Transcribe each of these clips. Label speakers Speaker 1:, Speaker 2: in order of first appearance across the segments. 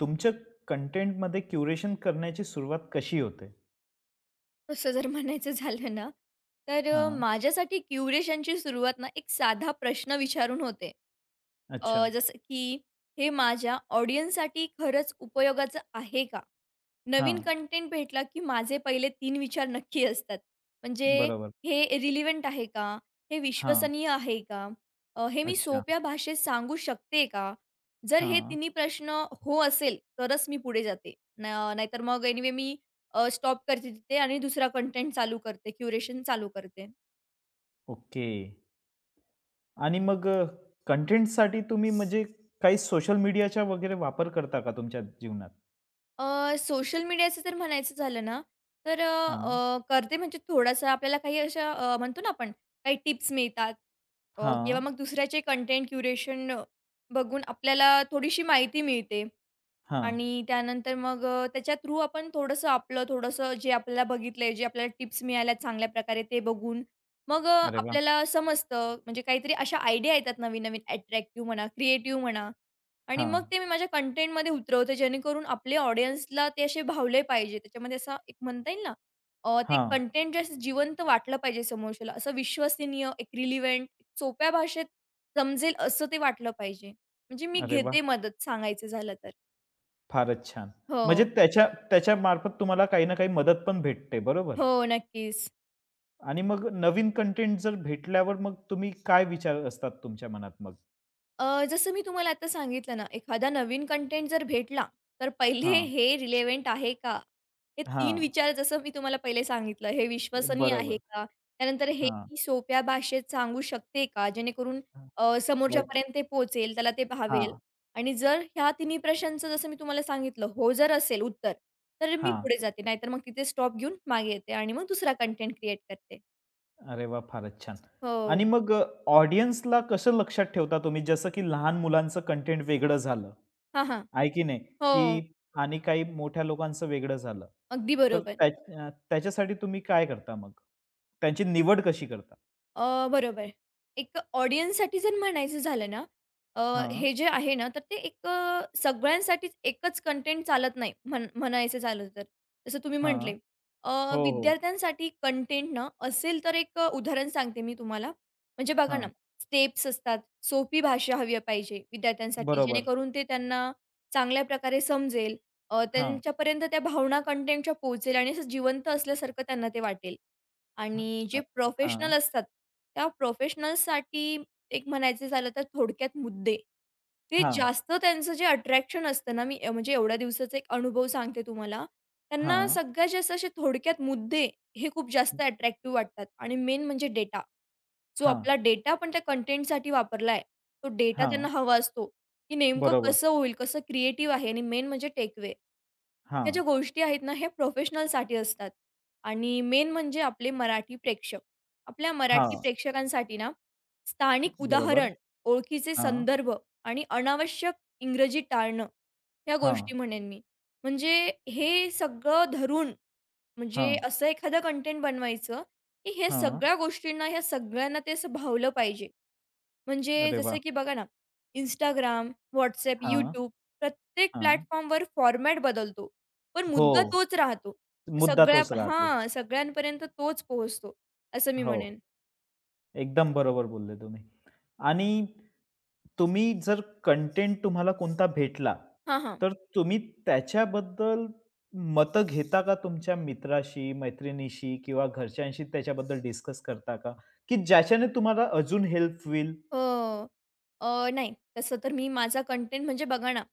Speaker 1: तुमच्या कंटेंटमध्ये क्युरेशन करण्याची सुरुवात कशी होते?
Speaker 2: असं जर म्हणायचं झालं ना, तर
Speaker 1: हां,
Speaker 2: माझ्यासाठी क्युरेशनची सुरुवात ना, एक साधा प्रश्न विचारून होते.
Speaker 1: अच्छा.
Speaker 2: जसं की हे माझ्या ऑडियन्ससाठी खरंच उपयोगाचं आहे का?
Speaker 1: हां,
Speaker 2: नवीन कंटेंट भेटला की माझे पहिले तीन विचार नक्की असतात. म्हणजे
Speaker 1: बरोबर.
Speaker 2: हे रिलेव्हंट आहे का? हे
Speaker 1: हां,
Speaker 2: विश्वसनीय आहे का? हे मी
Speaker 1: अच्छा.
Speaker 2: सोप्या भाषेत सांगू शकते का? जर हे
Speaker 1: हां,
Speaker 2: तिन्ही प्रश्न हो असेल, तरच मी पुढे जाते. नाहीतर मग एनिवे मी स्टॉप करते तिथे आणि दुसरा कंटेंट चालू करते, क्युरेशन चालू करते.
Speaker 1: ओके. आणि मग कंटेंटसाठी तुम्ही म्हणजे काही सोशल मीडियाचा वगैरे वापर करता का तुमच्या जीवनात?
Speaker 2: सोशल मीडियाचं जर म्हणायचं झालं ना, तर
Speaker 1: हां,
Speaker 2: करते म्हणजे थोडासा आपल्याला काही अशा म्हणतो ना आपण काही टिप्स मिळतात, किंवा
Speaker 1: हां,
Speaker 2: मग दुसऱ्याचे कंटेंट क्युरेशन बघून आपल्याला थोडीशी माहिती मिळते.
Speaker 1: हां.
Speaker 2: आणि त्यानंतर मग त्याच्या थ्रू आपण थोडंसं आपलं थोडंसं जे आपल्याला बघितलंय, जे आपल्याला टिप्स मिळाल्यात चांगल्या प्रकारे ते बघून मग
Speaker 1: अरे वाह!
Speaker 2: आपल्याला समजतं म्हणजे काहीतरी अशा आयडिया येतात नवीन-नवीन अट्रॅक्टिव्ह म्हणा, क्रिएटिव्ह म्हणा. आणि
Speaker 1: हां,
Speaker 2: मग ते मी माझ्या कंटेंटमध्ये उतरवते जेणेकरून आपले ऑडियन्सला ते असे भावले पाहिजे. त्याच्यामध्ये असा एक म्हणता येईल ना, ते
Speaker 1: हां.
Speaker 2: कंटेंट जे असं जिवंत वाटलं पाहिजे समोरच्याला. असं विश्वसनीय, एक रिलिव्हंट, सोप्या भाषेत समजेल असं ते वाटलं पाहिजे. म्हणजे मी
Speaker 1: अरे वाह!
Speaker 2: घेते मदत सांगायचं झालं तर.
Speaker 1: फारच छान. म्हणजे
Speaker 2: हो,
Speaker 1: त्याच्यामार्फत तुम्हाला काही ना काही मदत पण भेटते, बरोबर?
Speaker 2: हो, नक्कीच.
Speaker 1: आणि मग नवीन कंटेंट जर भेटल्यावर मग तुम्ही काय विचार असतात तुमच्या मनात मग?
Speaker 2: जसं मी तुम्हाला आता सांगितलं ना, एखादा नवीन कंटेंट जर भेटला, तर पहिले
Speaker 1: हां,
Speaker 2: हे रिलेव्हंट आहे का? हे 3
Speaker 1: हां,
Speaker 2: विचार जसं मी तुम्हाला पहिले सांगितलं, हे विश्वसनीय आहे
Speaker 1: बरोबर.
Speaker 2: का? त्यानंतर हे
Speaker 1: हां,
Speaker 2: मी सोप्या भाषेत सांगू शकते का? जेणेकरून
Speaker 1: हां, बट
Speaker 2: समोरच्यापर्यंत ते पोहोचेल, त्याला ते भावेल.
Speaker 1: हां,
Speaker 2: आणि जर ह्या तिन्ही प्रश्नांचं जसं मी तुम्हाला सांगितलं, हो जर असेल उत्तर, तर मी
Speaker 1: हां.
Speaker 2: पुढे जाते. नाहीतर मग तिथे स्टॉप घेऊन मागे येते आणि मग दुसरा कंटेंट क्रिएट करते.
Speaker 1: अरे वाह! फारच छान.
Speaker 2: हो.
Speaker 1: आणि मग ऑडियन्सला कसं लक्षात ठेवता तुम्ही? जसं की लहान मुलांचं कंटेंट वेगळं झालं,
Speaker 2: हां, हां.
Speaker 1: आहे की नाही?
Speaker 2: हो,
Speaker 1: की आणि काही मोठ्या लोकांचं वेगळं झालं.
Speaker 2: अगदी
Speaker 1: तर
Speaker 2: बरोबर.
Speaker 1: त्याच्यासाठी तुम्ही काय करता मग? त्यांची निवड कशी करता?
Speaker 2: बरोबर. एक ऑडियन्ससाठी जर म्हणायचं झालं ना, अ,
Speaker 1: हां,
Speaker 2: हे जे आहे ना, तर ते एक सगळ्यांसाठीच एकच कंटेंट चालत नाही म्हणायचं झालं तर. जसं तुम्ही म्हटले.
Speaker 1: हां. हो, हो.
Speaker 2: विद्यार्थ्यांसाठी कंटेंट ना असेल तर एक उदाहरण सांगते मी तुम्हाला. म्हणजे बघा ना,
Speaker 1: हां,
Speaker 2: स्टेप्स असतात, सोपी भाषा हवी पाहिजे विद्यार्थ्यांसाठी,
Speaker 1: बरोबर.
Speaker 2: जेणेकरून ते त्यांना चांगल्या प्रकारे समजेल.
Speaker 1: हां,
Speaker 2: त्यांच्यापर्यंत त्या भावना कंटेंटच्या पोहोचेल आणि असं जिवंत असल्यासारखं त्यांना ते वाटेल.
Speaker 1: हां,
Speaker 2: आणि जे
Speaker 1: अ,
Speaker 2: प्रोफेशनल
Speaker 1: हां,
Speaker 2: असतात, त्या प्रोफेशनल्ससाठी एक म्हणायचं झालं तर थोडक्यात मुद्दे. ते
Speaker 1: हां,
Speaker 2: जास्त त्यांचं जे अट्रॅक्शन असतं ना, मी म्हणजे एवढ्या दिवसाचा एक अनुभव सांगते तुम्हाला. त्यांना
Speaker 1: हां,
Speaker 2: सगळ्यात जास्त असे थोडक्यात मुद्दे हे खूप जास्त अट्रॅक्टिव्ह वाटतात आणि मेन म्हणजे डेटा. जो
Speaker 1: हां,
Speaker 2: आपला डेटा पण त्या कंटेंटसाठी वापरला आहे, तो डेटा त्यांना
Speaker 1: हां,
Speaker 2: हवा असतो, की नेमकं
Speaker 1: बरोबर.
Speaker 2: कसं होईल, कसं क्रिएटिव्ह आहे आणि मेन म्हणजे टेकअवे. ह्या
Speaker 1: हां,
Speaker 2: ज्या गोष्टी आहेत ना, हे प्रोफेशनलसाठी असतात आणि मेन म्हणजे आपले मराठी प्रेक्षक. आपल्या मराठी
Speaker 1: हां.
Speaker 2: प्रेक्षकांसाठी ना, स्थानिक
Speaker 1: बरोबर.
Speaker 2: उदाहरण, ओळखीचे
Speaker 1: हां,
Speaker 2: संदर्भ आणि अनावश्यक इंग्रजी टाळणं, ह्या
Speaker 1: हां,
Speaker 2: गोष्टी म्हणेन मी. म्हणजे हे सगळं धरून म्हणजे
Speaker 1: हां,
Speaker 2: असं एखादं कंटेंट बनवायचं, की हे
Speaker 1: हां.
Speaker 2: सगळ्या गोष्टींना, ह्या सगळ्यांना ते असं भावलं पाहिजे. म्हणजे
Speaker 1: अरे
Speaker 2: जसं
Speaker 1: वाह!
Speaker 2: की बघा ना, Instagram, WhatsApp,
Speaker 1: हां,
Speaker 2: YouTube प्रत्येक
Speaker 1: हां.
Speaker 2: प्लॅटफॉर्मवर फॉर्मॅट बदलतो. पण
Speaker 1: हो.
Speaker 2: मुद्दा तोच राहतो.
Speaker 1: मुद्दा
Speaker 2: सगळ्या
Speaker 1: तोच राहतो.
Speaker 2: हां, सगळ्यांपर्यंत तोच पोहोचतो, असं मी
Speaker 1: हो,
Speaker 2: म्हणेन.
Speaker 1: एकदम बरोबर बोलले तुम्ही. आणि तुम्ही जर कंटेंट तुम्हाला कोणता भेटला,
Speaker 2: हां, हां.
Speaker 1: तर तुम्ही त्याच्याबद्दल मतं घेता का तुमच्या मित्राशी, मैत्रिणीशी किंवा घरच्यांशी त्याच्याबद्दल डिस्कस करता का? की ज्याच्याने तुम्हाला अजून हेल्प होईल?
Speaker 2: अ अ, नाही. तसं तर मी माझा कंटेंट म्हणजे बघा ना,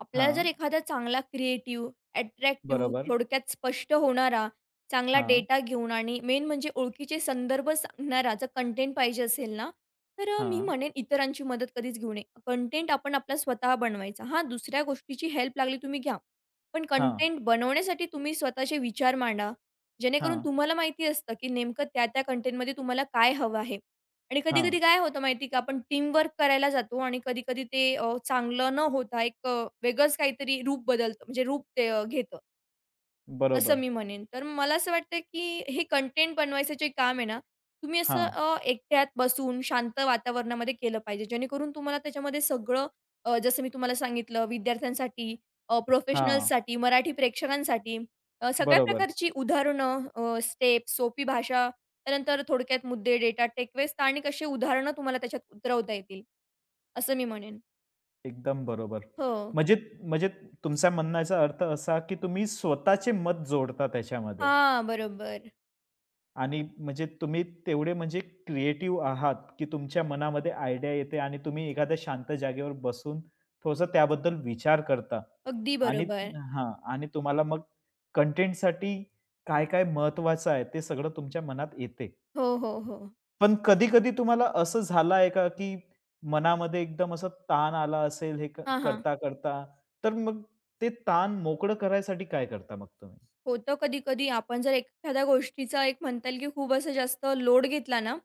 Speaker 2: आपल्याला जर
Speaker 1: हां,
Speaker 2: एखादा चांगला क्रिएटिव्ह, अट्रॅक्टिव्ह,
Speaker 1: बरोबर.
Speaker 2: थोडक्यात स्पष्ट होणारा, चांगला
Speaker 1: हां,
Speaker 2: डेटा घेऊन आणि मेन म्हणजे ओळखीचे संदर्भ सांगणारा जर कंटेंट पाहिजे असेल ना, तर मी
Speaker 1: हां,
Speaker 2: म्हणेन इतरांची मदत कधीच घेऊ नये. कंटेंट आपण आपला स्वतः बनवायचा. हां, दुसऱ्या गोष्टीची हेल्प लागली तुम्ही घ्या. पण
Speaker 1: हां,
Speaker 2: कंटेंट बनवण्यासाठी तुम्ही स्वतःचे विचार मांडा. जेणेकरून
Speaker 1: हां,
Speaker 2: तुम्हाला माहिती असतं, की नेमकं त्या-त्या कंटेंटमध्ये तुम्हाला काय हवं आहे. आणि कधी-कधी
Speaker 1: हां.
Speaker 2: काय होतं माहिती का, आपण टीमवर्क करायला जातो आणि कधी-कधी ते चांगलं न होता एक वेगळंच काहीतरी रूप बदलतं म्हणजे रूप ते घेतं. असं
Speaker 1: बरोबर.
Speaker 2: मी म्हणेन. तर मला असं वाटतं, की हे कंटेंट बनवायचं जे काम आहे ना, तुम्ही असं
Speaker 1: हां,
Speaker 2: एकट्यात बसून शांत वातावरणामध्ये केलं पाहिजे. जेणेकरून तुम्हाला त्याच्यामध्ये सगळं जसं मी तुम्हाला सांगितलं विद्यार्थ्यांसाठी,
Speaker 1: हां.
Speaker 2: प्रोफेशनल्ससाठी, मराठी प्रेक्षकांसाठी, सगळ्या
Speaker 1: बरोबर.
Speaker 2: प्रकारची उदाहरणं, स्टेप, सोपी भाषा, त्यानंतर थोडक्यात मुद्दे, डेटा, टेकवेस्ट आणि कशी उदाहरणं तुम्हाला त्याच्यात उतरवता येतील, असं मी म्हणेन.
Speaker 1: एकदम बरोबर.
Speaker 2: हो.
Speaker 1: म्हणजे म्हणजे तुमचा म्हणण्याचा अर्थ असा, की तुम्ही स्वतःचे मत जोडता त्याच्यामध्ये
Speaker 2: हां, बरोबर.
Speaker 1: आणि म्हणजे तुम्ही तेवढे म्हणजे क्रिएटिव्ह आहात, की तुमच्या मनामध्ये आयडिया येते आणि तुम्ही एखाद्या शांत जागेवर बसून थोडंसं त्याबद्दल विचार करता
Speaker 2: अगदी
Speaker 1: आणि
Speaker 2: बरोबर.
Speaker 1: हां. आणि तुम्हाला मग कंटेंटसाठी काय-काय महत्वाचं आहे ते सगळं तुमच्या मनात येते.
Speaker 2: हो, हो, हो.
Speaker 1: पण कधी-कधी तुम्हाला असं झालं आहे का, की मनामध्ये एकदम असा ताण आला असेल हे
Speaker 2: हां, हां.
Speaker 1: करता-करता, तर मग ते ताण मोकळं करायसाठी काय करता मग तुम्ही?
Speaker 2: होतं कधी-कधी आपण जर एखाद्या गोष्टीचा एक म्हणता येईल, की खूप असं जास्त लोड घेतला ना,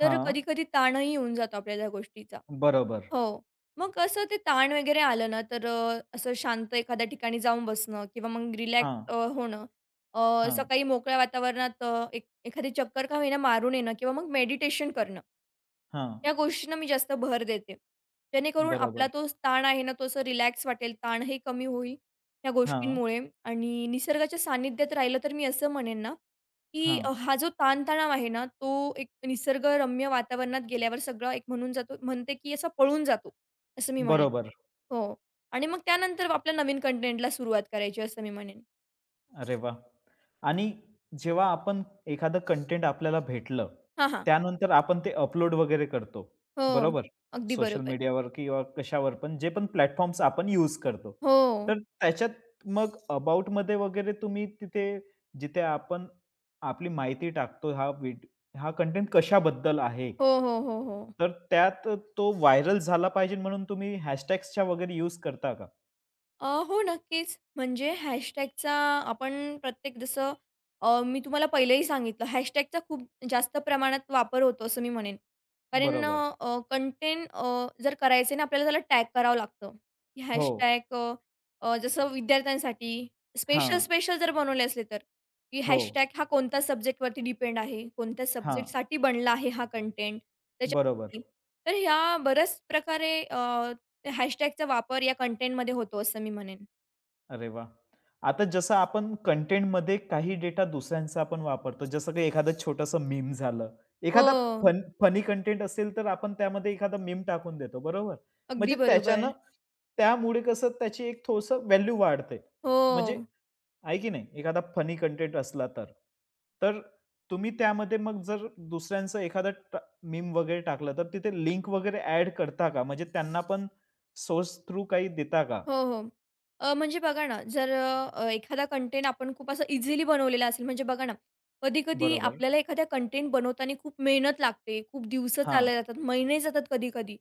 Speaker 2: तर
Speaker 1: हां,
Speaker 2: कधी-कधी ताणही येऊन जातो आपल्याला त्या गोष्टीचा.
Speaker 1: बरोबर.
Speaker 2: हो. मग कसं ते ताण वगैरे आलं ना, तर असं शांत एखाद्या ठिकाणी जाऊन बसणं किंवा मग रिलॅक्स
Speaker 1: हां,
Speaker 2: होणं.
Speaker 1: हां,
Speaker 2: सकाळी मोकळ्या वातावरणात एक एखादी चक्कर का होईना मारून येणं किंवा मग मेडिटेशन करणं.
Speaker 1: हां.
Speaker 2: या गोष्टींना मी जास्त भर देते. जेणेकरून आपला
Speaker 1: बरोबर.
Speaker 2: तो ताण आहे ना, तो असं रिलॅक्स वाटेल, ताणही कमी होईल या
Speaker 1: हां,
Speaker 2: गोष्टींमुळे. आणि निसर्गाच्या सानिध्यात राहिलं तर मी असं म्हणेन ना, की
Speaker 1: हां.
Speaker 2: हा जो ताणतणाव आहे ना, तो एक निसर्गरम्य वातावरणात गेल्यावर सगळा एक म्हणून जातो म्हणते की असा पळून जातो, असं मी म्हणेन.
Speaker 1: बरोबर.
Speaker 2: हो. आणि मग त्यानंतर आपल्या नवीन कंटेंटला सुरुवात करायची असं मी म्हणेन.
Speaker 1: अरे वाह! आणि जेव्हा आपण एखादं कंटेंट आपल्याला भेटलं,
Speaker 2: हां, हां.
Speaker 1: त्यानंतर आपण ते अपलोड वगैरे करतो,
Speaker 2: हो.
Speaker 1: बरोबर?
Speaker 2: अगदी
Speaker 1: सोशल
Speaker 2: बरोबर.
Speaker 1: मीडियावर किंवा कशावर पण, जे पण प्लॅटफॉर्म्स आपण यूज करतो.
Speaker 2: हो.
Speaker 1: तर त्याच्यात मग अबाउटमध्ये वगैरे तुम्ही तिथे जिथे आपण आपली माहिती टाकतो, हा कंटेंट कशाबद्दल आहे?
Speaker 2: हो, हो, हो, हो.
Speaker 1: तर त्यात तो व्हायरल झाला पाहिजे म्हणून तुम्ही हॅशटॅग्सचा वगैरे यूज करता का?
Speaker 2: हो, नक्कीच. म्हणजे हॅशटॅगचा आपण प्रत्येक जसं मी तुम्हाला पहिलेही सांगितलं, हॅशटॅगचा खूप जास्त प्रमाणात वापर होतो असं मी म्हणेन. कारण
Speaker 1: बरोबर.
Speaker 2: कंटेंट जर करायचे ना आपल्याला त्याला टॅग करावं लागतं. की
Speaker 1: हो.
Speaker 2: हॅशटॅग जसं विद्यार्थ्यांसाठी
Speaker 1: हां.
Speaker 2: स्पेशल जर बनवले असले तर, की
Speaker 1: हो.
Speaker 2: हॅशटॅग हा कोणत्या सब्जेक्टवरती डिपेंड आहे, कोणत्या
Speaker 1: हां.
Speaker 2: सब्जेक्टसाठी बनला आहे हा कंटेंट
Speaker 1: बरोबर.
Speaker 2: त्याच्यावरती. तर ह्या बऱ्याच प्रकारे हॅशटॅगचा वापर या कंटेंटमध्ये होतो असं मी म्हणेन.
Speaker 1: अरे वा आता जसं आपण कंटेंटमध्ये काही डेटा दुसऱ्यांचा आपण वापरतो, जसं की एखादं छोटंसं मीम झालं.
Speaker 2: हो,
Speaker 1: एखादा फनी कंटेंट असेल, तर आपण त्यामध्ये एखादा मीम टाकून देतो, बरोबर?
Speaker 2: अगदी
Speaker 1: म्हणजे
Speaker 2: बरोबर.
Speaker 1: त्यामुळे कसं त्याची एक थोडंसं व्हॅल्यू वाढते.
Speaker 2: हो.
Speaker 1: म्हणजे आहे की नाही? एखादा फनी कंटेंट असला तर. तर तुम्ही त्यामध्ये मग जर दुसऱ्यांचं एखादं मीम वगैरे टाकलं, तर तिथे लिंक वगैरे ॲड करता का? म्हणजे त्यांना पण सोर्स थ्रू काही देता का?
Speaker 2: हो, हो. म्हणजे बघा ना, जर एखादा कंटेंट आपण खूप असं इझिली बनवलेला असेल, म्हणजे बघा ना, कधी-कधी
Speaker 1: बरोबर.
Speaker 2: आपल्याला एखाद्या कंटेंट बनवताना खूप मेहनत लागते, खूप दिवसं
Speaker 1: हां,
Speaker 2: चालले जातात, महिने जातात कधी-कधी.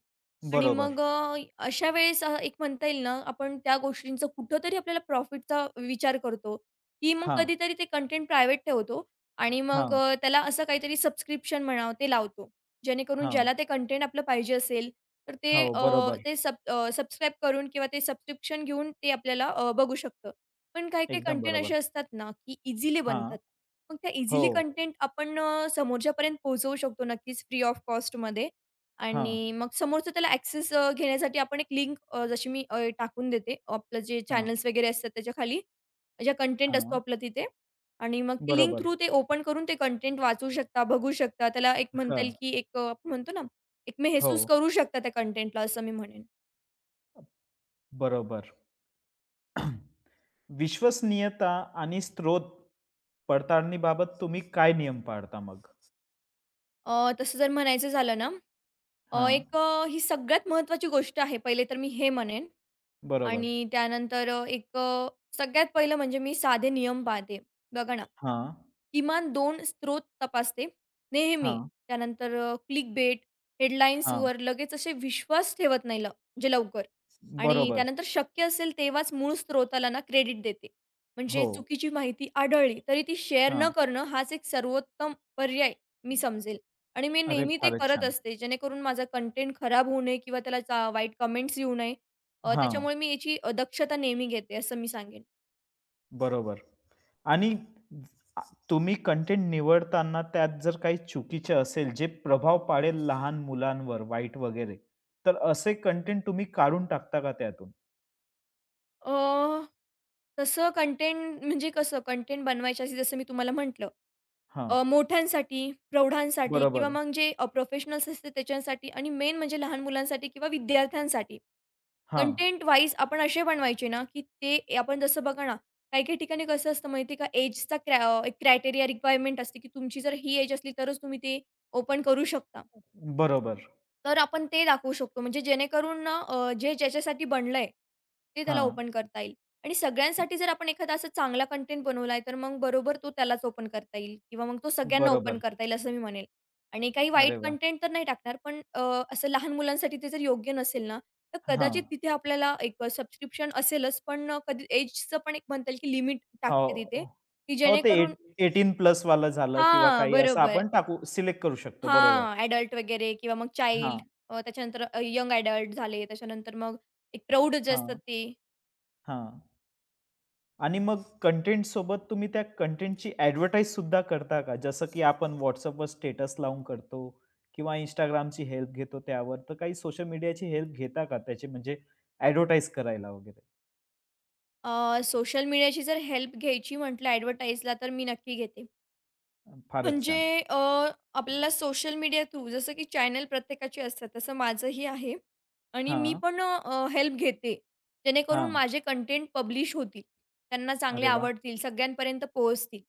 Speaker 2: आणि
Speaker 1: बरोबर.
Speaker 2: मग अशा वेळेस एक म्हणता येईल ना, आपण त्या गोष्टींचं कुठेतरी आपल्याला प्रॉफिटचा विचार करतो, की मग
Speaker 1: हां,
Speaker 2: कधीतरी ते कंटेंट प्रायव्हेट ठेवतो आणि मग
Speaker 1: हां,
Speaker 2: त्याला असं काहीतरी सबस्क्रिप्शन म्हणा, ते लावतो. जेणेकरून ज्याला
Speaker 1: हां.
Speaker 2: ते कंटेंट आपलं पाहिजे असेल तर ते
Speaker 1: हो, बरोबर.
Speaker 2: ते सबस्क्राईब करून किंवा ते सबस्क्रिप्शन घेऊन ते आपल्याला बघू शकतं. पण काही-काही
Speaker 1: एकदम
Speaker 2: कंटेंट असे
Speaker 1: बरोबर.
Speaker 2: असतात ना, की इझिली बनतात.
Speaker 1: हां,
Speaker 2: मग त्या
Speaker 1: हो.
Speaker 2: इझिली कंटेंट आपण समोरच्यापर्यंत पोहोचवू शकतो नक्कीच फ्री ऑफ कॉस्टमध्ये.
Speaker 1: हां,
Speaker 2: आणि मग समोरचा त्याला ॲक्सेस घेण्यासाठी आपण एक लिंक जशी मी टाकून देते. आपलं जे
Speaker 1: हां,
Speaker 2: चॅनल्स वगैरे असतात त्याच्या खाली जे कंटेंट असतो
Speaker 1: हां.
Speaker 2: आपला तिथे, आणि मग ती लिंक
Speaker 1: बरोबर.
Speaker 2: थ्रू ते ओपन करून ते कंटेंट वाचू शकता, बघू शकता. त्याला एक म्हणता
Speaker 1: हां,
Speaker 2: येईल, की एक आपण म्हणतो ना एक
Speaker 1: हो.
Speaker 2: मेहसूस करू शकता त्या कंटेंटला असं मी म्हणेन.
Speaker 1: बरोबर. विश्वसनीयता आणि स्रोत पडताळणीबाबत तुम्ही काय नियम पाळता मग?
Speaker 2: तसं जर म्हणायचं झालं ना,
Speaker 1: हां,
Speaker 2: ही सगळ्यात महत्त्वाची गोष्ट आहे. पहिले तर मी हे म्हणेन.
Speaker 1: बरोबर.
Speaker 2: आणि त्यानंतर सगळ्यात पहिलं म्हणजे मी साधे नियम पाळते. बघा ना,
Speaker 1: हां,
Speaker 2: किमान दोन स्त्रोत तपासते नेहमी.
Speaker 1: हां,
Speaker 2: त्यानंतर क्लिकबेट,
Speaker 1: हां.
Speaker 2: हेडलाईन्सवर लगेच असे विश्वास ठेवत नाही म्हणजे लवकर. आणि
Speaker 1: बरोबर.
Speaker 2: त्यानंतर शक्य असेल तेव्हाच मूळ स्त्रोताला ना क्रेडिट देते. म्हणजे
Speaker 1: हो.
Speaker 2: चुकीची माहिती आढळली तरी ती शेअर न
Speaker 1: हां.
Speaker 2: करणं हाच एक सर्वोत्तम पर्याय मी समजेल. आणि मी
Speaker 1: अरे,
Speaker 2: नेहमी ते
Speaker 1: फारच
Speaker 2: करत
Speaker 1: छान.
Speaker 2: असते जेणेकरून माझा कंटेंट खराब होऊ नये किंवा त्याला वाईट कमेंट्स येऊ नये.
Speaker 1: हां,
Speaker 2: त्याच्यामुळे मी याची दक्षता नेहमी घेते असं मी सांगेन.
Speaker 1: बरोबर. आणि तुम्ही कंटेंट निवडताना त्यात जर काही चुकीचे असेल, जे प्रभाव पाडेल लहान मुलांवर वाईट वगैरे, तर असे कंटेंट तुम्ही काढून टाकता का त्यातून?
Speaker 2: अ, तसं कंटेंट म्हणजे कसं कंटेंट बनवायच्या आधी जसं मी तुम्हाला म्हटलं,
Speaker 1: हां,
Speaker 2: मोठ्यांसाठी, प्रौढांसाठी किंवा
Speaker 1: बरोबर.
Speaker 2: मग जे प्रोफेशनल्स असते त्याच्यासाठी आणि मेन म्हणजे लहान मुलांसाठी किंवा विद्यार्थ्यांसाठी.
Speaker 1: हां,
Speaker 2: कंटेंट वाईज आपण असे बनवायचे ना, की ते आपण जसं बघा ना, काही-काही ठिकाणी कसं असतं माहिती का, एक क्रायटेरिया रिक्वायरमेंट असते, की तुमची जर ही एज असली तरच तुम्ही ते ओपन करू शकता.
Speaker 1: बरोबर.
Speaker 2: तर आपण ते दाखवू शकतो. म्हणजे जेणेकरून ना जे ज्याच्यासाठी बनलंय, ते त्याला
Speaker 1: हां,
Speaker 2: ओपन करता येईल. आणि सगळ्यांसाठी जर आपण एखादा असा चांगला कंटेंट बनवलाय, तर मग बरोबर तो त्यालाच ओपन करता येईल किंवा मग तो सगळ्यांना ओपन
Speaker 1: बरोबर.
Speaker 2: करता येईल असं मी म्हणेल. आणि काही वाईट
Speaker 1: अरे वाह!
Speaker 2: कंटेंट तर नाही टाकणार, पण असं लहान मुलांसाठी ते जर योग्य नसेल ना, तर
Speaker 1: हां,
Speaker 2: कदाचित तिथे आपल्याला एक सबस्क्रिप्शन असेलच, पण कधी एजचं पण एक म्हणता येईल की लिमिट
Speaker 1: हो.
Speaker 2: टाकते तिथे,
Speaker 1: हो,
Speaker 2: की
Speaker 1: हो, ते
Speaker 2: जेणेकरून
Speaker 1: एट 18 प्लस वालं झालं किंवा
Speaker 2: हां,
Speaker 1: काही असं
Speaker 2: बरोबर.
Speaker 1: आपण टाकू सिलेक्ट करू शकतो. बरोबर.
Speaker 2: हां, अडल्ट वगैरे किंवा मग चाइल्ड,
Speaker 1: हां,
Speaker 2: त्याच्यानंतर यंग अडल्ट झाले. त्याच्यानंतर मग एक प्रौढ जे असतात
Speaker 1: हां,
Speaker 2: ते.
Speaker 1: हां. आणि मग कंटेंटसोबत तुम्ही त्या कंटेंटची ऍडव्हर्टाईज सुद्धा करता का? जसं की आपण WhatsAppवर स्टेटस लावून करतो किंवा Instagramची हेल्प घेतो त्यावर, तर काही सोशल मीडियाची हेल्प घेता का त्याची म्हणजे ॲडव्हर्टाइज करायला वगैरे?
Speaker 2: सोशल मीडियाची जर हेल्प घ्यायची म्हटलं ॲडव्हर्टाइजला तर मी नक्की घेते.
Speaker 1: फारच
Speaker 2: म्हणजे
Speaker 1: छान.
Speaker 2: अ, आपल्याला सोशल मीडिया थ्रू जसं की चॅनल प्रत्येकाचे असतात तसं माझंही आहे. आणि मी
Speaker 1: हां,
Speaker 2: पण हेल्प घेते. जेणेकरून
Speaker 1: हां.
Speaker 2: माझे कंटेंट पब्लिश होतील. त्यांना चांगले
Speaker 1: अरे वाह!
Speaker 2: आवडतील, सगळ्यांपर्यंत पोहोचतील.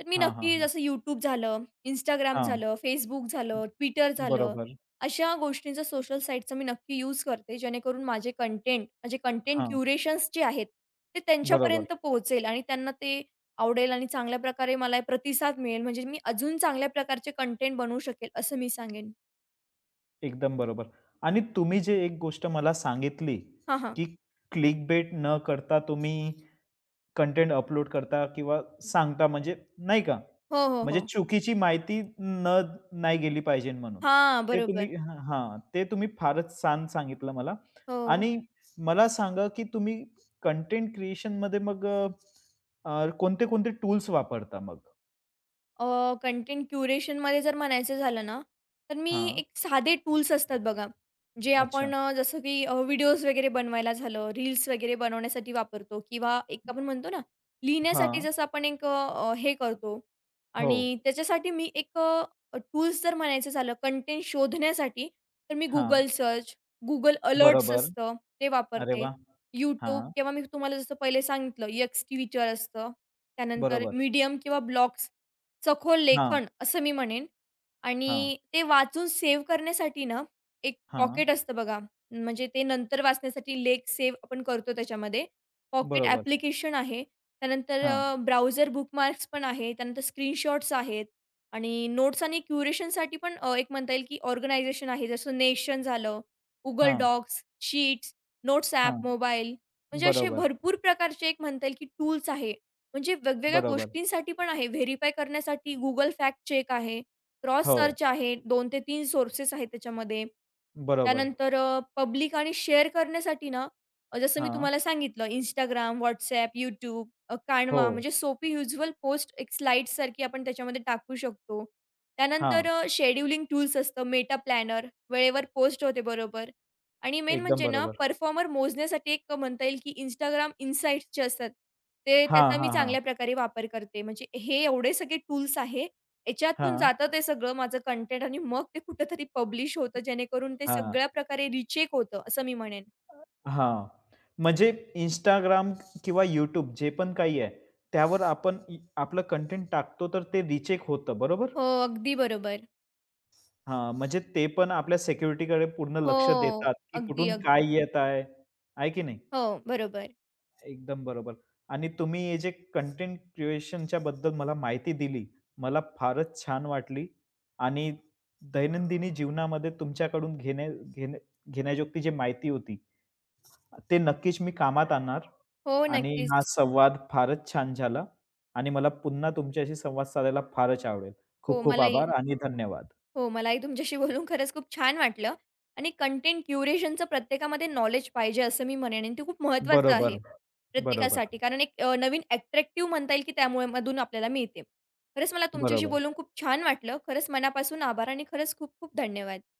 Speaker 2: तर मी
Speaker 1: हां, हां,
Speaker 2: नक्की
Speaker 1: हां.
Speaker 2: जसं YouTube झालं, Instagram
Speaker 1: हां,
Speaker 2: झालं, Facebook झालं, Twitter झालं,
Speaker 1: बरोबर.
Speaker 2: अशा गोष्टींचा सोशल साईटचा मी नक्की यूज करते. जेणेकरून माझे कंटेंट, माझे कंटेंट
Speaker 1: हां,
Speaker 2: क्युरेशन्स जे आहेत, ते
Speaker 1: बरोबर.
Speaker 2: त्यांच्यापर्यंत पोहोचेल आणि त्यांना ते आवडेल आणि चांगल्या प्रकारे मला प्रतिसाद मिळेल, म्हणजे मी अजून चांगल्या प्रकारचे कंटेंट बनवू शकेल, असं मी सांगेन.
Speaker 1: एकदम बरोबर. आणि तुम्ही जे एक गोष्ट मला सांगितली,
Speaker 2: हां, हां.
Speaker 1: की क्लिकबेट न करता तुम्ही कंटेंट अपलोड करता किंवा सांगता म्हणजे नाही का?
Speaker 2: हो, हो,
Speaker 1: म्हणजे
Speaker 2: हो.
Speaker 1: चुकीची माहिती नाही गेली पाहिजे म्हणून.
Speaker 2: हां,
Speaker 1: ते तुम्ही
Speaker 2: बरोबर.
Speaker 1: हां, हां. ते तुम्ही फारच छान सांगितलं मला
Speaker 2: हो.
Speaker 1: आणि मला सांगा, की तुम्ही कंटेंट क्रिएशनमध्ये मग अ, अ, कोणते-कोणते टूल्स वापरता मग?
Speaker 2: कंटेंट क्युरेशनमध्ये जर म्हणायचं झालं ना, तर मी
Speaker 1: हां.
Speaker 2: एक साधे टूल्स असतात बघा, जे
Speaker 1: अच्छा.
Speaker 2: आपण जसं की व्हिडिओज वगैरे बनवायला झालं, रील्स वगैरे बनवण्यासाठी वापरतो किंवा एक आपण म्हणतो ना, लिहिण्यासाठी
Speaker 1: हां.
Speaker 2: जसं आपण हे करतो.
Speaker 1: हो.
Speaker 2: आणि त्याच्यासाठी मी टूल्स जर म्हणायचं झालं कंटेंट शोधण्यासाठी, तर मी
Speaker 1: हां.
Speaker 2: Google सर्च, Google अलर्ट्स
Speaker 1: बरोबर.
Speaker 2: असतं, ते
Speaker 1: अरे
Speaker 2: वापरते.
Speaker 1: वाह!
Speaker 2: YouTube
Speaker 1: हां.
Speaker 2: किंवा मी तुम्हाला जसं पहिले सांगितलं, X Twitter असतं, त्यानंतर
Speaker 1: बरोबर.
Speaker 2: Medium किंवा ब्लॉग्स, सखोल
Speaker 1: हां,
Speaker 2: लेखन असं मी म्हणेन.
Speaker 1: हां,
Speaker 2: आणि ते वाचून सेव्ह करण्यासाठी ना, एक
Speaker 1: हां.
Speaker 2: पॉकेट असतं बघा, म्हणजे ते नंतर वाचण्यासाठी लेख सेव्ह आपण करतो त्याच्यामध्ये. पॉकेट
Speaker 1: बरोबर.
Speaker 2: ॲप्लिकेशन आहे. त्यानंतर
Speaker 1: हां,
Speaker 2: ब्राउझर बुकमार्क्स पण आहे. त्यानंतर स्क्रीनशॉट्स आहेत आणि नोट्स आणि क्युरेशनसाठी पण एक म्हणता येईल की ऑर्गनायझेशन आहे. जसं नेशन झालं, Google
Speaker 1: हां,
Speaker 2: डॉक्स, शीट्स, नोट्स ॲप,
Speaker 1: हां.
Speaker 2: मोबाईल, म्हणजे असे
Speaker 1: बरोबर,
Speaker 2: भरपूर प्रकारचे एक म्हणता येईल की टूल्स आहे. म्हणजे वेगवेगळ्या
Speaker 1: बरोबर.
Speaker 2: गोष्टींसाठी पण आहे. व्हेरिफाय करण्यासाठी Google फॅक्ट चेक आहे. क्रॉस
Speaker 1: हो,
Speaker 2: सर्च आहे. 2 ते 3 सोर्सेस आहेत त्याच्यामध्ये.
Speaker 1: बरोबर.
Speaker 2: त्यानंतर पब्लिक आणि शेअर करण्यासाठी ना, जसं मी
Speaker 1: हां.
Speaker 2: तुम्हाला सांगितलं Instagram, WhatsApp, YouTube,
Speaker 1: हो.
Speaker 2: Canva, म्हणजे सोपी युज्युअल पोस्ट एक स्लाईडसारखी आपण त्याच्यामध्ये टाकू शकतो. त्यानंतर
Speaker 1: हां,
Speaker 2: टूल्स असतं मेटा प्लॅनर, वेळेवर पोस्ट होते बरोबर. आणि मेन
Speaker 1: एकदम
Speaker 2: म्हणजे ना,
Speaker 1: बरोबर.
Speaker 2: परफॉर्मर मोजण्यासाठी एक म्हणता येईल की Instagram इनसाइट्स जे असतात. ते
Speaker 1: हां,
Speaker 2: त्याचा मी
Speaker 1: हां, हां.
Speaker 2: चांगल्या प्रकारे वापर करते. म्हणजे हे एवढे सगळे टूल्स आहे. याच्यातून
Speaker 1: हां,
Speaker 2: जातं ते सगळं माझं कंटेंट आणि मग ते कुठेतरी पब्लिश होतं, जेणेकरून ते
Speaker 1: हां,
Speaker 2: सगळ्या प्रकारे रिचेक होतं, असं मी म्हणेन.
Speaker 1: हां. म्हणजे Instagram किंवा YouTube जे पण काही आहे, त्यावर आपण आपलं कंटेंट टाकतो तर ते रिचेक होतं, बरोबर?
Speaker 2: हो, अगदी बरोबर.
Speaker 1: हां, म्हणजे ते पण आपल्या सिक्युरिटीकडे पूर्ण
Speaker 2: हो.
Speaker 1: लक्ष देतात, की
Speaker 2: अगदी,
Speaker 1: कुठून
Speaker 2: अगदी.
Speaker 1: काय येत आहे, आहे की नाही?
Speaker 2: हो, बरोबर.
Speaker 1: एकदम बरोबर. आणि तुम्ही हे जे कंटेंट क्रिएशनच्या बद्दल मला माहिती दिली, मला फारच छान वाटली आणि दैनंदिनी जीवनामध्ये तुमच्याकडून घेण्या घेण्या घेण्याजोगती जी माहिती होती, ते नक्कीच मी कामात आणणार
Speaker 2: हो,
Speaker 1: आणि हा
Speaker 2: नक्कीच.
Speaker 1: संवाद फारच छान झाला आणि मला पुन्हा तुमच्याशी संवाद साधायला फारच आवडेल.
Speaker 2: हो,
Speaker 1: खूप खूप
Speaker 2: मलाही
Speaker 1: आभार आणि धन्यवाद.
Speaker 2: हो, मलाही तुमच्याशी बोलून खरंच खूप छान वाटलं. आणि कंटेंट क्युरेशनचं प्रत्येकामध्ये नॉलेज पाहिजे असं मी म्हणेन आणि ते खूप महत्त्वाचं आहे
Speaker 1: बरोबर, बरोबर,
Speaker 2: प्रत्येकासाठी. कारण एक नवीन अट्रॅक्टिव्ह म्हणता येईल की त्यामुळे मधून आपल्याला मिळते. खरंच मला तुमच्याशी बोलून
Speaker 1: बरोबर.
Speaker 2: खूप छान वाटलं. खरंच मनापासून आभार आणि खरंच खूप खूप धन्यवाद.